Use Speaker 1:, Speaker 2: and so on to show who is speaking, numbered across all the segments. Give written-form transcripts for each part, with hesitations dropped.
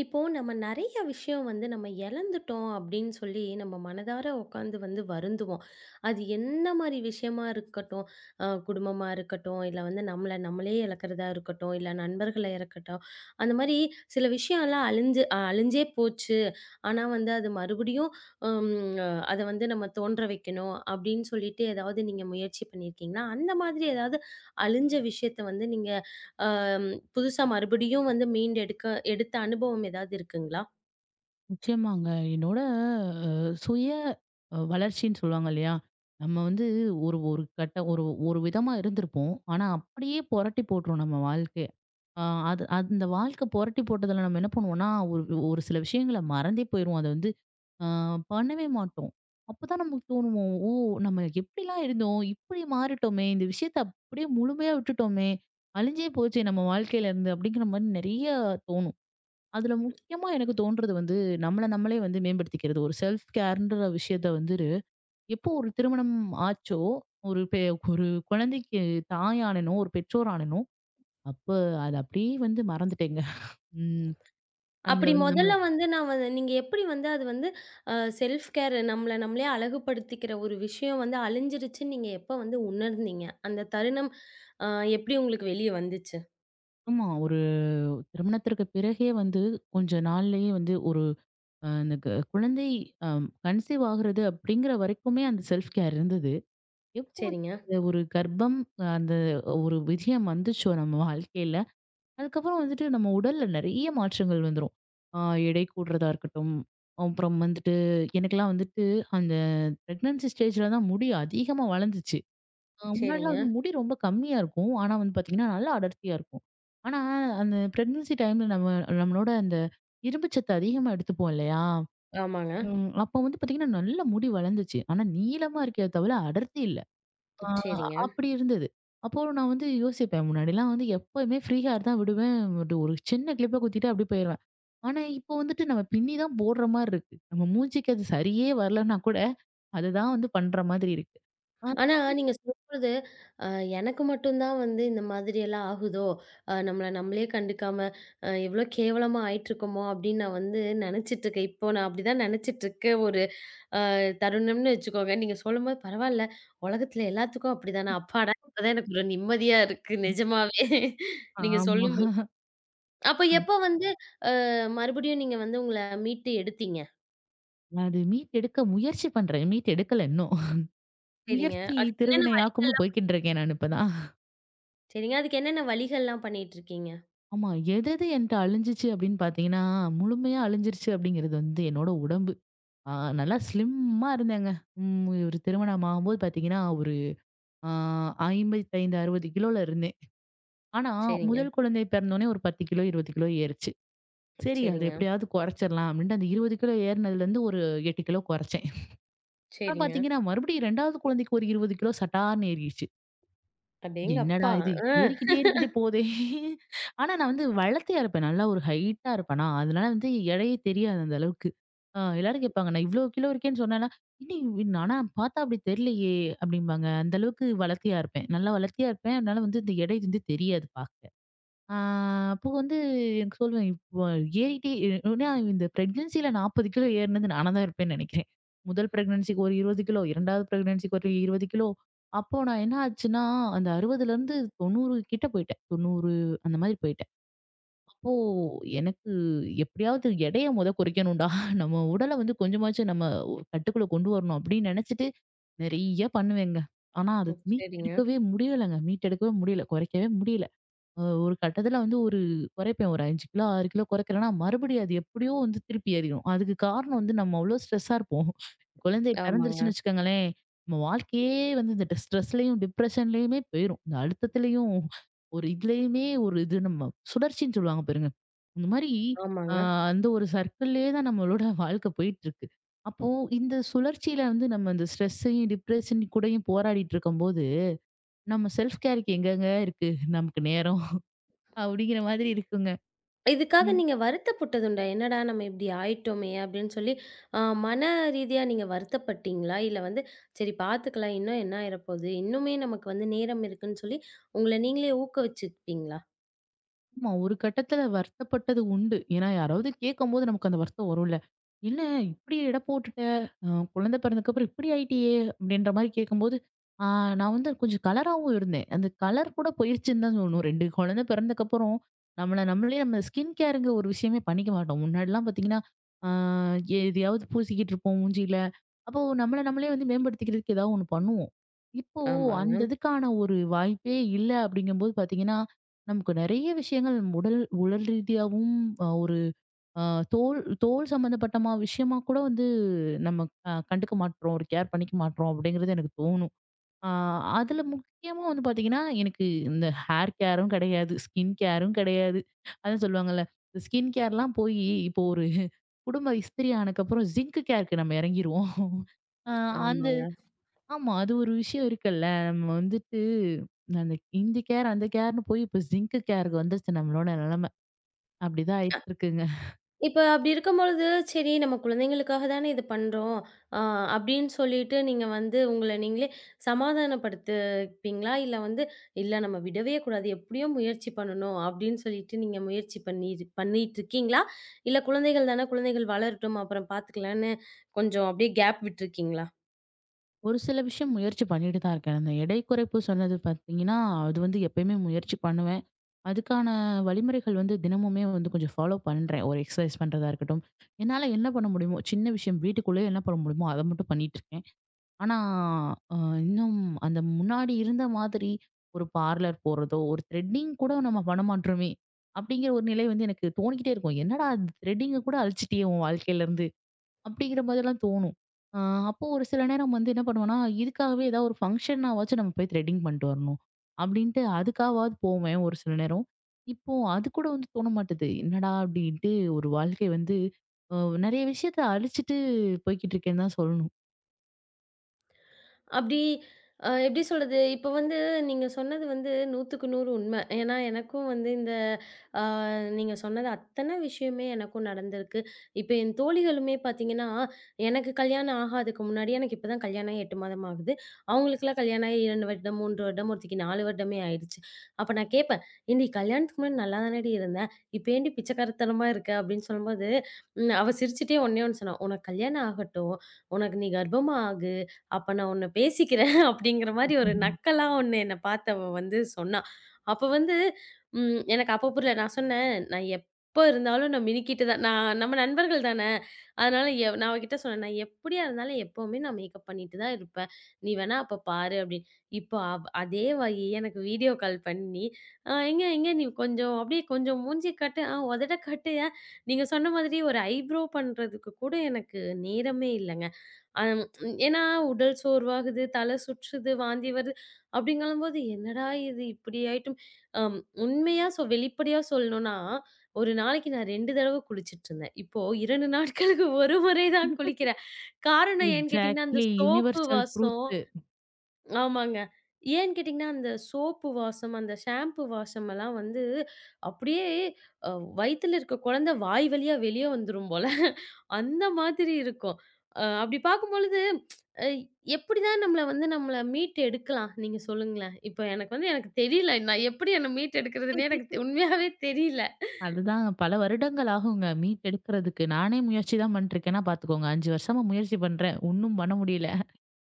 Speaker 1: இப்போ நம்ம நிறைய விஷயம் வந்து நம்ம இழந்துட்டோம் அப்படின்னு சொல்லி நம்ம மனதார உட்காந்து வந்து வருந்துவோம். அது என்ன மாரி விஷயமா இருக்கட்டும், குடும்பமா இருக்கட்டும், இல்ல வந்து நம்மள நம்மளே இழக்கிறதா இருக்கட்டும், இல்ல நண்பர்கள இழக்கட்டும். அந்த மாரி சில விஷயம்லாம் அழிஞ்சு அழிஞ்சே போச்சு. ஆனா வந்து அது மறுபடியும் ம் அத வந்து நம்ம தோன்ற வைக்கணும் அப்படின்னு சொல்லிட்டு ஏதாவது நீங்க முயற்சி பண்ணியிருக்கீங்களா? அந்த மாதிரி ஏதாவது அழிஞ்ச விஷயத்த வந்து நீங்க அ புதுசா மறுபடியும் வந்து மீண்டெடுக்க எடுத்த அனுபவம் ஏதாவது இருக்குங்களா?
Speaker 2: நிச்சயமாங்க. என்னோட அ சுய வளர்ச்சின்னு சொல்லுவாங்க இல்லையா? நம்ம வந்து ஒரு ஒரு கட்ட ஒரு ஒரு விதமா இருந்திருப்போம். ஆனா, அப்படியே புரட்டி போட்டுரும் நம்ம வாழ்க்கைய. அ அது அந்த வாழ்க்கை புரட்டி போட்டதுல நம்ம என்ன பண்ணுவோம்னா, ஒரு ஒரு சில விஷயங்கள மறந்தே போயிருவோம். அத வந்து அ பண்ணவே மாட்டோம். அப்பதான் நமக்கு தோணும், "ஓ! நம்ம எப்படிலாம் இருந்தோம்? இப்படி மாறிட்டோமே! இந்த விஷயத்த அப்படியே முழுமையா விட்டுட்டோமே! அழிஞ்சே போச்சே நம்ம வாழ்க்கையில இருந்து" அப்படிங்கிற மாரி நெறைய தோணும். அதுல முக்கியமா எனக்கு தோன்றது வந்து, நம்மள நம்மளே வந்து மேம்படுத்திக்கிறது. ஒரு செல்ஃப் கேர்ன்ற விஷயத்த வந்து எப்போ ஒரு திருமணம் ஆச்சோ, ஒரு பெ ஒரு குழந்தைக்கு தாயானேனோ, ஒரு பெற்றோர் ஆனேனோ, அப்ப அத அப்படியே வந்து மறந்துட்டேங்க. ம். நம்மள
Speaker 1: அப்படி
Speaker 2: வந்து நம்மள
Speaker 1: முதல்ல வந்து நான் வந்து நீங்க எப்படி வந்து அது வந்து அ செல்ஃப் கேர் நம்மள நம்மளே அழகுபடுத்திக்கிற ஒரு விஷயம் வந்து அழிஞ்சிருச்சுன்னு நீங்க எப்ப வந்து உணர்ந்தீங்க? அந்த தருணம் அ எப்படி உங்களுக்கு வெளிய வந்துச்சு?
Speaker 2: ஆமா. ஒரு திருமணத்திற்கு பிறகே வந்து கொஞ்ச நாள்லயே வந்து ஒரு அந்த குழந்தை அ கன்சீவ் ஆகுறது அப்படிங்கிற வரைக்குமே அந்த செல்ஃப் கேர் இருந்தது. எப்போ
Speaker 1: சரிங்க,
Speaker 2: அந்த ஒரு கர்ப்பம், அந்த ஒரு விஜயம் வந்துச்சோ நம்ம வாழ்க்கையில, அதுக்கப்புறம் வந்துட்டு நம்ம உடல்ல நெறைய மாற்றங்கள் வந்துரும். ஆ எடை கூடுறதா இருக்கட்டும், அப்புறம் வந்துட்டு எனக்கெல்லாம் வந்துட்டு அந்த பிரெக்னன்சி ஸ்டேஜ்ல தான் முடி அதிகமா வளர்ந்துச்சு. முன்னாடிலாம்
Speaker 1: சரிங்க.
Speaker 2: வந்து முடி ரொம்ப கம்மியா இருக்கும். ஆனா வந்து பார்த்தீங்கன்னா, நல்லா அடர்த்தியா இருக்கும். ஆனா அந்த பிரெக்னன்சி டைம்ல நம்ம நம்மளோட அந்த இரும்புச்சத்து அதிகமா எடுத்துப்போம் இல்லையா?
Speaker 1: ஆமாங்க.
Speaker 2: ம் அப்ப வந்து பார்த்தீங்கன்னா, நல்ல முடி வளர்ந்துச்சு. ஆனா நீளமா இருக்கே தவிர அடர்த்தி இல்ல. ஆ
Speaker 1: சரிங்க.
Speaker 2: அப்படி இருந்தது. அப்போ நான் வந்து யோசிப்பேன். முன்னாடிலாம் வந்து எப்பவுமே ஃப்ரீ ஹேர் தான் விடுவேன். ஒரு ஒரு சின்ன கிளிப்ப குத்திட்டு அப்படியே போயிருவேன். ஆனா, இப்போ வந்துட்டு நம்ம பின்னி தான் போடுற மாரி இருக்கு. நம்ம மூஞ்சிக்கு அது சரியே வரலன்னா கூட, அதுதான் வந்து பண்ற மாதிரி இருக்கு.
Speaker 1: ஆனா நீங்க சொல்றது அ எனக்கு மட்டும் தான் வந்து இந்த மாதிரியெல்லாம் ஆகுதோ! நம்மள நம்மளே கண்டுக்காம எவ்ளோ கேவலமா ஆயிட்டுருக்கோமோ! அப்படின்னு நான் வந்து நினைச்சிட்டுருக்கேன். இப்போ நான் அப்படிதான் நினைச்சிட்டுருக்க ஒரு அ தருணம்னு வச்சுக்கோங்க. நீங்க சொல்லும்போது பரவால்ல. உலகத்துல எல்லாத்துக்கும் அப்படிதானா? அப்பாடா! இப்பதான் எனக்கு ஒரு நிம்மதியா இருக்கு நிஜமாவே. நீங்க
Speaker 2: ஆமா.
Speaker 1: சொல்லும்போது. அப்ப
Speaker 2: அது
Speaker 1: எப்ப வந்து அ மறுபடியும் நீங்க வந்து உங்கள மீட்டு எடுத்தீங்க?
Speaker 2: அது மீட் எடுக்க முயற்சி பண்றேன். மீட் எடுக்கல இன்னும்.
Speaker 1: சரிங்க.
Speaker 2: முயற்சி
Speaker 1: அதுக்கு என்னென்ன
Speaker 2: திருவினையாக்கும்னு
Speaker 1: வழிகள்லாம்
Speaker 2: போய்க்கிட்டு இருக்கேன் நான் இப்பதான்.
Speaker 1: சரிங்க. அதுக்கு என்னென்ன வழிகள்லாம் பண்ணிட்டுருக்கீங்க?
Speaker 2: ஆமா. எது எது என்ட்ட அழிஞ்சுச்சு அப்படின்னு பார்த்தீங்கன்னா, முழுமையா அழிஞ்சிருச்சு அப்படிங்கிறது வந்து என்னோட உடம்பு. நல்லா ஸ்லிம்மா இருந்தேங்க. ம் ஒரு திருமணம் ஆகும்போது பார்த்தீங்கன்னா, ஒரு ஆ 55, 60 கிலோல இருந்தேன். ஆனா,
Speaker 1: சரிங்க,
Speaker 2: முதல் குழந்தை பிறந்தோனே ஒரு 10 கிலோ, 20 கிலோ ஏறுச்சு. சரி அது
Speaker 1: சரிங்க,
Speaker 2: எப்படியாவது குறைச்சிரலாம் அப்படின்ட்டு அந்த 20 கிலோ ஏறுனதுலேருந்து ஒரு 8 கிலோ குறைச்சேன். அப்புறம்
Speaker 1: சரிங்க.
Speaker 2: பார்த்தீங்கன்னா, மறுபடியும் 2வது குழந்தைக்கு ஒரு 20 கிலோ சட்டார்ன்னு ஏறிருச்சு. என்னடா
Speaker 1: அடேங்கப்பா!
Speaker 2: இது!
Speaker 1: ஆ.
Speaker 2: ஏறிக்கிட்டே, ஏறிக்கிட்டே போதே! ஆனா நான் வந்து வளத்தையா இருப்பேன். நல்லா ஒரு ஹைட்டா இருப்பேனா, அதனால வந்து எடையே தெரியாது அந்த அளவுக்கு. எல்லாரும் கேட்பாங்க, நான் இவ்ளோ கிலோ இருக்கேன்னு சொன்னேன்னா, "என்னடி ஆனா பார்த்தா அப்படி தெரியலையே" அப்படிம்பாங்க. அந்த அளவுக்கு வளத்தையா இருப்பேன். நல்லா வளத்தையா இருப்பேன். அதனால வந்து இந்த எடை வந்து தெரியாது பார்க்க. ஆ அப்போ வந்து எனக்கு சொல்லுவேன், இப்போ ஏறிட்டே ஏன்னா இந்த பிரெக்னன்சில 40 கிலோ ஏறினது நானா தான் இருப்பேன்னு நினைக்கிறேன். முதல் பிரெக்னன்சிக்கு ஒரு 20 கிலோ, 2வது பிரெக்னன்சிக்கு ஒரு 20 கிலோ. அப்போ நான் என்ன ஆச்சுன்னா, அந்த 60லருந்து 90 கிட்ட போயிட்டேன். 90 அந்த மாதிரி போயிட்டேன். அப்போ எனக்கு எப்படியாவது எடைய மொத குறைக்கணும்டா. நம்ம உடல வந்து கொஞ்சமாச்சும் நம்ம கட்டுக்குள்ள கொண்டு வரணும் அப்படின்னு நினைச்சிட்டு நெறைய பண்ணுவேங்க. ஆனா, அது
Speaker 1: ம். சரிங்க.
Speaker 2: மீட்டெடுக்கவே முடியலங்க. மீட்டெடுக்கவே முடியல. குறைக்கவே முடியல. ஒரு கட்டத்துல வந்து ஒரு குறைப்பேன். ஒரு 5 கிலோ, 6 கிலோ குறைக்கிறேன்னா, மறுபடியும் அது எப்படியோ வந்து திருப்பி ஏறிரும். அதுக்கு காரணம் வந்து நம்ம அவ்வளோ ஸ்ட்ரெஸ்ஸா இருப்போம். குழந்தை
Speaker 1: ஆமாங்க,
Speaker 2: பிறந்துருச்சுன்னு வச்சுக்கோங்களேன், நம்ம வாழ்க்கையே வந்து இந்த ஸ்ட்ரெஸ்லயும், டிப்ரஷன்லயுமே போயிரும். இந்த அழுத்தத்துலயும், ஒரு இதுலயுமே ஒரு இது நம்ம சுழற்சின்னு சொல்லுவாங்க பாருங்க. இந்த மாரி அ
Speaker 1: ஆமாங்க.
Speaker 2: அந்த ஒரு சர்க்கிள்லயே தான் நம்மளோட வாழ்க்கை போயிட்டுருக்கு. அப்போ இந்த சுழற்சியில வந்து நம்ம இந்த ஸ்ட்ரெஸ்ஸையும், டிப்ரஷன் கூடயும் போராடிட்டு இருக்கும்போது, நம்ம செல்ஃப் கேருக்கு எங்கங்க இருக்கு நமக்கு நேரம்? அப்படிங்கிற மாதிரி இருக்குங்க.
Speaker 1: இதுக்காக
Speaker 2: ம்.
Speaker 1: நீங்க வருத்தப்பட்டதுண்டா? "என்னடா நம்ம இப்படி ஆயிட்டோமே!" அப்படின்னு சொல்லி மன ரீதியா நீங்க வருத்தப்பட்டீங்களா? இல்ல வந்து சரி பார்த்துக்கலாம், இன்னும் என்ன ஆயிறப்போது, இன்னுமே நமக்கு வந்து நேரம் இருக்குன்னு சொல்லி உங்கள நீங்களே ஊக்குவிச்சுக்கிட்டீங்களா?
Speaker 2: ஆமா. ஒரு கட்டத்துல வருத்தப்பட்டது உண்டு. ஏன்னா யாராவது கேட்கும்போது நமக்கு அந்த வருத்தம் வரும்ல. "என்ன இப்படி எடை போட்டுட்ட? அ குழந்தை பிறந்ததுக்கப்புறம் இப்படி ஆயிட்டியே!" அப்படின்ற மாரி கேட்கும்போது, ஆ நான் வந்து கொஞ்சம் கலராவும் இருந்தேன். அந்த கலர் கூட போயிருச்சுன்னு தான் சொல்லணும். 2 குழந்தை பிறந்ததுக்கப்புறம் நம்மள நம்மளே நம்ம ஸ்கின் கேர்ங்கிற ஒரு விஷயமே பண்ணிக்க மாட்டோம். முன்னாடிலாம் பார்த்தீங்கன்னா, ஆ எதையாவது பூசிக்கிட்டு இருப்போம் மூஞ்சியில. அப்போ நம்மள நம்மளே வந்து மேம்படுத்திக்கிறதுக்கு ஏதாவது ஒண்ணு பண்ணுவோம். இப்போ
Speaker 1: ஆமாங்க,
Speaker 2: அந்த இதுக்கான ஒரு வாய்ப்பே இல்ல அப்படிங்கும்போது பார்த்தீங்கன்னா நமக்கு நெறைய விஷயங்கள் உடல் உடல் ரீதியாவும் ஒரு அ தோல் தோல் சம்மந்தப்பட்டமா விஷயமா கூட வந்து நம்ம கண்டுக்க மாட்றோம். ஒரு கேர் பண்ணிக்க மாட்றோம் அப்படிங்கிறது எனக்கு தோணும். அ அதுல முக்கியமா வந்து பாத்தீங்கன்னா, எனக்கு இந்த ஹேர் கேரும் கெடையாது. ஸ்கின் கேரும் கெடையாது. அதான் சொல்லுவாங்கல்ல, இந்த ஸ்கின் கேர்லாம் போயி இப்போ ஒரு குடும்ப இஸ்திரி ஆனக்கப்புறம் ஜிங்க் கேர்க்கு நம்ம எறங்கிருவோம். அ அந்த
Speaker 1: ஆமாங்க.
Speaker 2: ஆமா. அது ஒரு விஷயம் இருக்குல்ல. நம்ம வந்துட்டு அந்த இந்த கேர், அந்த கேர்ன்னு போய் இப்ப ஜிங்க் கேருக்கு வந்துருச்சு நம்மளோட நிலைமை. அப்படிதான் ஆயிட்டு இருக்குங்க.
Speaker 1: இப்ப அப்படி இருக்கும்பொழுது, சரி நம்ம குழந்தைங்களுக்காக தானே இது பண்றோம். அ அப்படின்னு சொல்லிட்டு நீங்க வந்து உங்கள நீங்களே சமாதானப்படுத்திப்பீங்களா? இல்ல வந்து, "இல்ல நம்ம விடவே கூடாது. எப்படியும் முயற்சி பண்ணணும்." அப்படின்னு சொல்லிட்டு நீங்க முயற்சி பண்ணிட்டுருக்கீங்களா? இல்ல குழந்தைகள் தானே, குழந்தைகள் வளரட்டும் அப்புறம் பார்த்துக்கலான்னு கொஞ்சம் அப்படியே கேப் விட்டுருக்கீங்களா?
Speaker 2: ஒரு சில விஷயம் முயற்சி பண்ணிட்டு தான் இருக்கேன். அந்த எடை குறைப்பு சொன்னது பார்த்தீங்கன்னா, அது வந்து எப்பயுமே முயற்சி பண்ணுவேன். அதுக்கான வழிமுறைகள் வந்து தினமுமே வந்து கொஞ்சம் ஃபாலோ பண்றேன். ஒரு எக்ஸர்சைஸ் பண்றதா இருக்கட்டும், என்னால என்ன பண்ண முடியுமோ, சின்ன விஷயம் வீட்டுக்குள்ளேயே என்ன பண்ண முடியுமோ, அத மட்டும் பண்ணிட்டு இருக்கேன். ஆனா, அ இன்னும் அந்த முன்னாடி இருந்த மாதிரி ஒரு பார்லர் போறதோ, ஒரு த்ரெட்டிங் கூட நம்ம பண்ண மாட்றோமே! அப்படிங்கிற ஒரு நிலை வந்து எனக்கு தோணிக்கிட்டே இருக்கும். என்னடா அது த்ரெட்டிங்க கூட அழிச்சிட்டியே உன் வாழ்க்கையிலருந்து. அப்படிங்கிற மாதிரிலாம் தோணும். அ அப்போ ஒரு சில நேரம் வந்து என்ன பண்ணுவேன்னா, இதுக்காகவே ஏதாவது ஒரு ஃபங்ஷன்னாவாச்சும் நம்ம போய் த்ரெட்டிங் பண்ணிட்டு வரணும். அப்படின்ட்டு அதுக்காவாவது போவேன் ஒரு சில நேரம். இப்போ அது கூட வந்து தோண மாட்டுது. என்னடா அப்படின்ட்டு ஒரு வாழ்க்கை வந்து அ நெறைய விஷயத்த அழிச்சிட்டு போய்க்கிட்டு இருக்கேன்னு தான் சொல்லணும்.
Speaker 1: அப்படி எப்படி சொல்றது? இப்ப வந்து நீங்க சொன்னது வந்து 100க்கு 100 உண்ம. ஏன்னா, எனக்கும் வந்து இந்த அ நீங்க சொன்னது அத்தன விஷயமே எனக்கும் நடந்திருக்கு. இப்ப என் தோழிகளுமே பார்த்தீங்கன்னா, எனக்கு கல்யாணம் ஆகாதுக்கு முன்னாடி எனக்கு இப்ப தான் கல்யாணம் ஆகி 8 மாதம் ஆகுது. அவங்களுக்கெல்லாம் கல்யாணம் ஆகி 2 வருடம், 3 வருடம், ஒருத்திக்கு 4 வருடமே ஆயிடுச்சு. அப்ப நான் கேட்பேன், "ஏன்டி கல்யாணத்துக்கு முன்னாடி நல்லா தானடி இருந்த? இப்ப ஏன்டி பிச்சைக்காரத்தனமா இருக்க?" அப்படின்னு சொல்லும்போது, அவ சிரிச்சுட்டே ஒண்ணே ஒண்ணு சொன்னா, "உனக்கு கல்யாணம் ஆகட்டும். உனக்கு நீ கர்ப்பமா ஆகு. அப்ப நான் உன்ன பேசிக்கிறேன் அப்படிங்கிற மாரி ஒரு நக்கலா ஒண்ணு என்ன பார்த்து அவ வந்து சொன்னா. அப்ப வந்து எனக்கு அப்ப புரியல. நான் சொன்னேன், "நான் எப்ப இருந்தாலும் நான் மினுக்கிட்டு தான் நான் நம்ம நண்பர்கள் தான. அதனால எ நான் அவகிட்ட சொன்னேன், "நான் எப்படியா இருந்தாலும் எப்பவுமே நான் மேக்கப் பண்ணிட்டு தான் இருப்பேன். நீ வேணா அப்ப பாரு" அப்படின்னு. இப்போ அதே வயி எனக்கு வீடியோ கால் பண்ணி, எங்க எங்க நீ கொஞ்சம் அப்படியே கொஞ்சம் மூஞ்சிய காட்டு, உதட காட்டு. ஏன்?" நீங்க சொன்ன மாதிரி ஒரு ஐப்ரோ பண்றதுக்கு கூட எனக்கு நேரமே இல்லங்க. அம் ஏன்னா உடல் சோர்வாகுது, தலை சுற்றுது, வாந்தி வருது அப்படிங்கும்போது, என்னடா இது இப்படி ஆயிட்டும். அம் உண்மையா வெளிப்படையா சொல்லணும்னா, ஒரு நாளைக்கு நான் 2 தடவ குளிச்சுட்டுருந்தேன். இப்போ 2 நாட்களுக்கு ஒரு முறை தான் குளிக்கிறேன். காரணம் ஏன்னு கேட்டீங்கன்னா, அந்த
Speaker 2: எக்ஸாக்ட்லி.
Speaker 1: சோப்பு
Speaker 2: யுனிவர்சல்
Speaker 1: வாசம்
Speaker 2: ட்ரூத்.
Speaker 1: ஆமாங்க. ஏன்னு கேட்டீங்கன்னா, அந்த சோப்பு வாசம், அந்த ஷாம்பு வாசமெல்லாம் வந்து அப்படியே அ வயித்துல இருக்க குழந்தை வாய் வழியா வெளிய வந்துரும் போல. அந்த மாதிரி இருக்கும். அப்படி பார்க்கும்பொழுது அ எப்படிதான் நம்மள வந்து நம்மள மீட்டு எடுக்கலாம்? நீங்க சொல்லுங்களேன். இப்ப எனக்கு வந்து எனக்கு தெரியல. நான் எப்படி என்ன மீட்டு எடுக்கிறதுன்னே எனக்கு உண்மையாவே தெரியல.
Speaker 2: அதுதான் பல வருடங்கள் ஆகுங்க மீட் எடுக்கிறதுக்கு. நானே முயற்சி தான் பண்ணிட்டுருக்கேன்னா பார்த்துக்கோங்க. 5 வருஷமா முயற்சி பண்றேன். ஒண்ணும் பண்ண முடியல.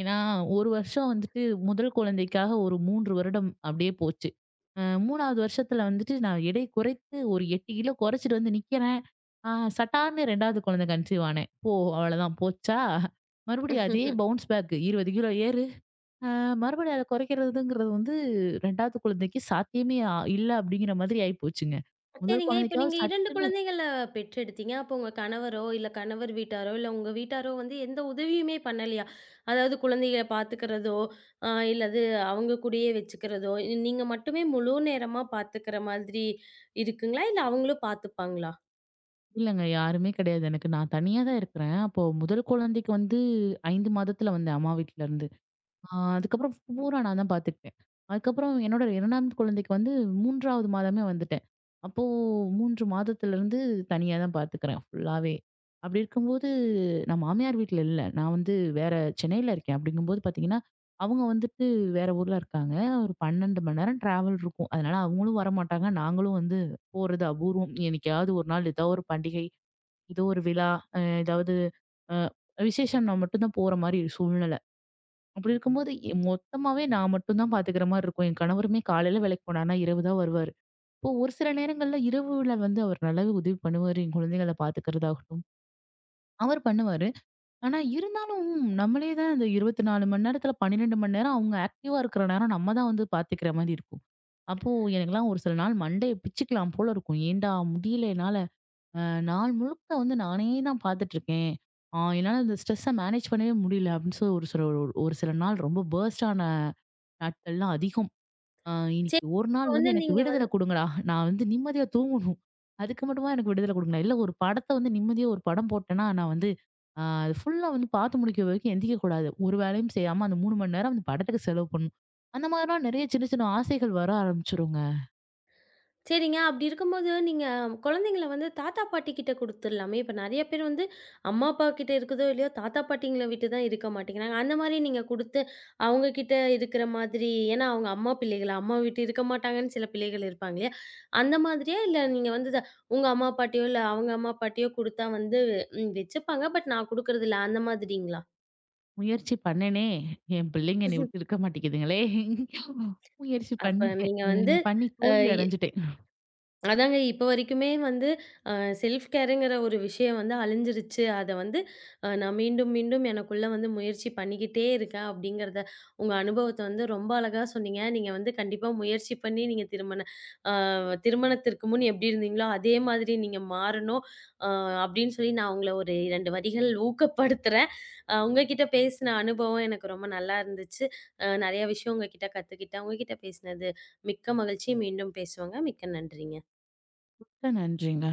Speaker 2: ஏன்னா, 1 வருஷம் வந்துட்டு முதல் குழந்தைக்காக ஒரு 3 வருடம் அப்படியே போச்சு. அ 3வது வருஷத்துல வந்துட்டு நான் எடை குறைத்து ஒரு 8 கிலோ குறைச்சிட்டு வந்து நிக்கிறேன். ஆ சட்டார்ன்னு 2வது குழந்தை கன்சீவ் ஆனேன். அவ்வளோதான் போச்சா? மறுபடியும் அதே பவுன்ஸ் பேக் 20 கிலோ ஏறு. அ மறுபடியும் அத குறைக்கிறதுங்கிறது வந்து 2வது குழந்தைக்கு சாத்தியமே இல்ல அப்படிங்கிற மாதிரி ஆயிப்போச்சுங்க. முதல்
Speaker 1: சரிங்க. இப்ப நீங்க
Speaker 2: குழந்தைக்காவது
Speaker 1: 2
Speaker 2: சட்டுன்னு
Speaker 1: குழந்தைகள பெற்றெடுத்தீங்க. அப்போ உங்க கணவரோ, இல்ல கணவர் வீட்டாரோ, இல்ல உங்க வீட்டாரோ வந்து எந்த உதவியுமே பண்ணலையா? அதாவது குழந்தைகள பாத்துக்கிறதோ, இல்லது அவங்க கூடயே வச்சுக்கிறதோ, நீங்க மட்டுமே முழு நேரமா பாத்துக்கிற மாதிரி இருக்குங்களா? இல்ல அவங்களும் பாத்துப்பாங்களா?
Speaker 2: இல்லங்க யாருமே கிடையாது எனக்கு. நான் தனியா தான் இருக்கிறேன். அப்போ முதல் குழந்தைக்கு வந்து 5 மாதத்துல வந்தேன் அம்மா வீட்லருந்து. அதுக்கப்புறம் பூரா நான் தான் பார்த்துக்கிட்டேன். அதுக்கப்புறம் என்னோட 2வது குழந்தைக்கு வந்து 3வது மாதமே வந்துட்டேன். அப்போ 3 மாதத்துலருந்து தனியா தான் பார்த்துக்கிறேன் ஃபுல்லாவே. அப்படி இருக்கும்போது நான் மாமியார் வீட்ல இல்ல. நான் வந்து வேற சென்னையில இருக்கேன். அப்படிங்கும்போது பார்த்தீங்கன்னா, அவங்க வந்துட்டு வேற ஊர்ல இருக்காங்க. ஒரு 12 மணி நேரம் டிராவல் இருக்கும். அதனால அவங்களும் வரமாட்டாங்க. நாங்களும் வந்து போறது அபூர்வம். என்னைக்காவது ஒரு நாள் ஏதோ ஒரு பண்டிகை, ஏதோ ஒரு விழா, ஏதாவது அ விசேஷம்னா மட்டும் தான் போற மாரி சூழ்நிலை. அப்படி இருக்கும்போது மொத்தமாவே நான் மட்டும் தான் பாத்துக்கிற மாரி இருக்கும். என் கணவருமே காலையில வேலைக்கு போனாருன்னா, இரவு தான் வருவாரு. இப்போ ஒரு சில நேரங்கள்ல இரவுல வந்து அவர் நல்லாவே உதவி பண்ணுவாரு. என் குழந்தைகள பாத்துக்கிறதாகட்டும், அவர் பண்ணுவாரு. ஆனா இருந்தாலும் நம்மளே தான் இந்த 24 மணி நேரத்துல 12 மணி நேரம் அவங்க ஆக்டிவா இருக்கிற நேரம் நம்ம தான் வந்து பாத்துக்கிற மாரி இருக்கும். அப்போ எனக்கெல்லாம் ஒரு சில நாள் மண்டைய பிச்சுக்கலாம் போல இருக்கும். ஏன்டா முடியல என்னால. அ நாள் முழுக்க வந்து நானே தான் பாத்துட்டு இருக்கேன். என்னால இந்த ஸ்ட்ரெஸ்ஸ மேனேஜ் பண்ணவே முடியல அப்படின்னு சொல்லி ஒரு சில நாள் ரொம்ப பர்ஸ்ட் ஆன நாட்கள்லாம் அதிகம். அ
Speaker 1: சரி.
Speaker 2: இன்னைக்கு ஒரு
Speaker 1: இப்ப
Speaker 2: நாள்
Speaker 1: வந்து
Speaker 2: வந்து எனக்கு
Speaker 1: நீங்க
Speaker 2: விடுதலை
Speaker 1: வந்து
Speaker 2: குடுங்கடா. நான் வந்து நிம்மதியா தூங்கணும். அதுக்கு மட்டுமா எனக்கு விடுதலை குடுங்கடா. இல்ல ஒரு படத்த வந்து நிம்மதியா ஒரு படம் போட்டேன்னா, நான் வந்து அது ஃபுல்லா வந்து பார்த்து முடிக்கிற வரைக்கும் எந்திரிக்கக்கூடாது. ஒரு வேலையும் செய்யாம அந்த 3 மணி நேரம் அந்த படத்துக்கு செலவு பண்ணணும். அந்த மாதிரிலாம் நெறைய சின்ன சின்ன ஆசைகள் வர ஆரம்பிச்சுருங்க.
Speaker 1: சரிங்க. அப்படி இருக்கும்போது, நீங்க குழந்தைங்கள வந்து தாத்தா, பாட்டி கிட்ட குடுத்துரலாமே! இப்ப நெறைய பேர் வந்து அம்மா, அப்பா கிட்ட இருக்குதோ! இல்லையோ! தாத்தா, பாட்டிங்கள விட்டு தான் இருக்க மாட்டேங்கிறாங்க. அந்த மாரி நீங்க குடுத்து, அவங்க கிட்ட இருக்கிற மாதிரி ஏன்னா அவங்க அம்மா பிள்ளைகளா, அம்மா விட்டு இருக்க மாட்டாங்கன்னு சில பிள்ளைகள் இருப்பாங்க இல்லையா? அந்த மாதிரியா? இல்ல நீங்க வந்து உங்க அம்மா, பாட்டியோ இல்ல அவங்க அம்மா, பாட்டியோ குடுத்தா வந்து வச்சுப்பாங்க. பட் நான் குடுக்குறதில்ல அந்த மாதிரிங்களா?
Speaker 2: முயற்சி பண்ணேனே! என் பிள்ளைங்க என்னை விட்டு இருக்க மாட்டேங்குதுங்களே! முயற்சி
Speaker 1: அப்ப
Speaker 2: பண்ணிட்டேன்.
Speaker 1: நீங்க
Speaker 2: ம்
Speaker 1: வந்து
Speaker 2: பண்ணி
Speaker 1: அ
Speaker 2: தோல்வி அடைஞ்சுட்டேன்.
Speaker 1: அதாங்க. இப்ப வரைக்குமே வந்து அ செல்ஃப் கேருங்கிற ஒரு விஷயம் வந்து அழிஞ்சிருச்சு. அத வந்து நான் மீண்டும், மீண்டும் எனக்குள்ள வந்து முயற்சி பண்ணிக்கிட்டே இருக்கேன் அப்படிங்கிறத உங்க அனுபவத்த வந்து ரொம்ப அழகா சொன்னீங்க. நீங்க வந்து கண்டிப்பா முயற்சி பண்ணி நீங்க அ திருமணத்திற்கு முன் எப்படி இருந்தீங்களோ, அதே மாதிரி நீங்க மாறணும். அ அப்படின்னு சொல்லி நான் உங்கள ஒரு 2 வரிகள் ஊக்கப்படுத்துறேன். உங்ககிட்ட பேசின அனுபவம் எனக்கு ரொம்ப நல்லா இருந்துச்சு. நெறைய விஷயம் உங்ககிட்ட கத்துக்கிட்டேன். உங்ககிட்ட பேசினது மிக்க மகிழ்ச்சி. மீண்டும் பேசுவோங்க. மிக்க நன்றிங்க.
Speaker 2: மிக்க நன்றிங்க.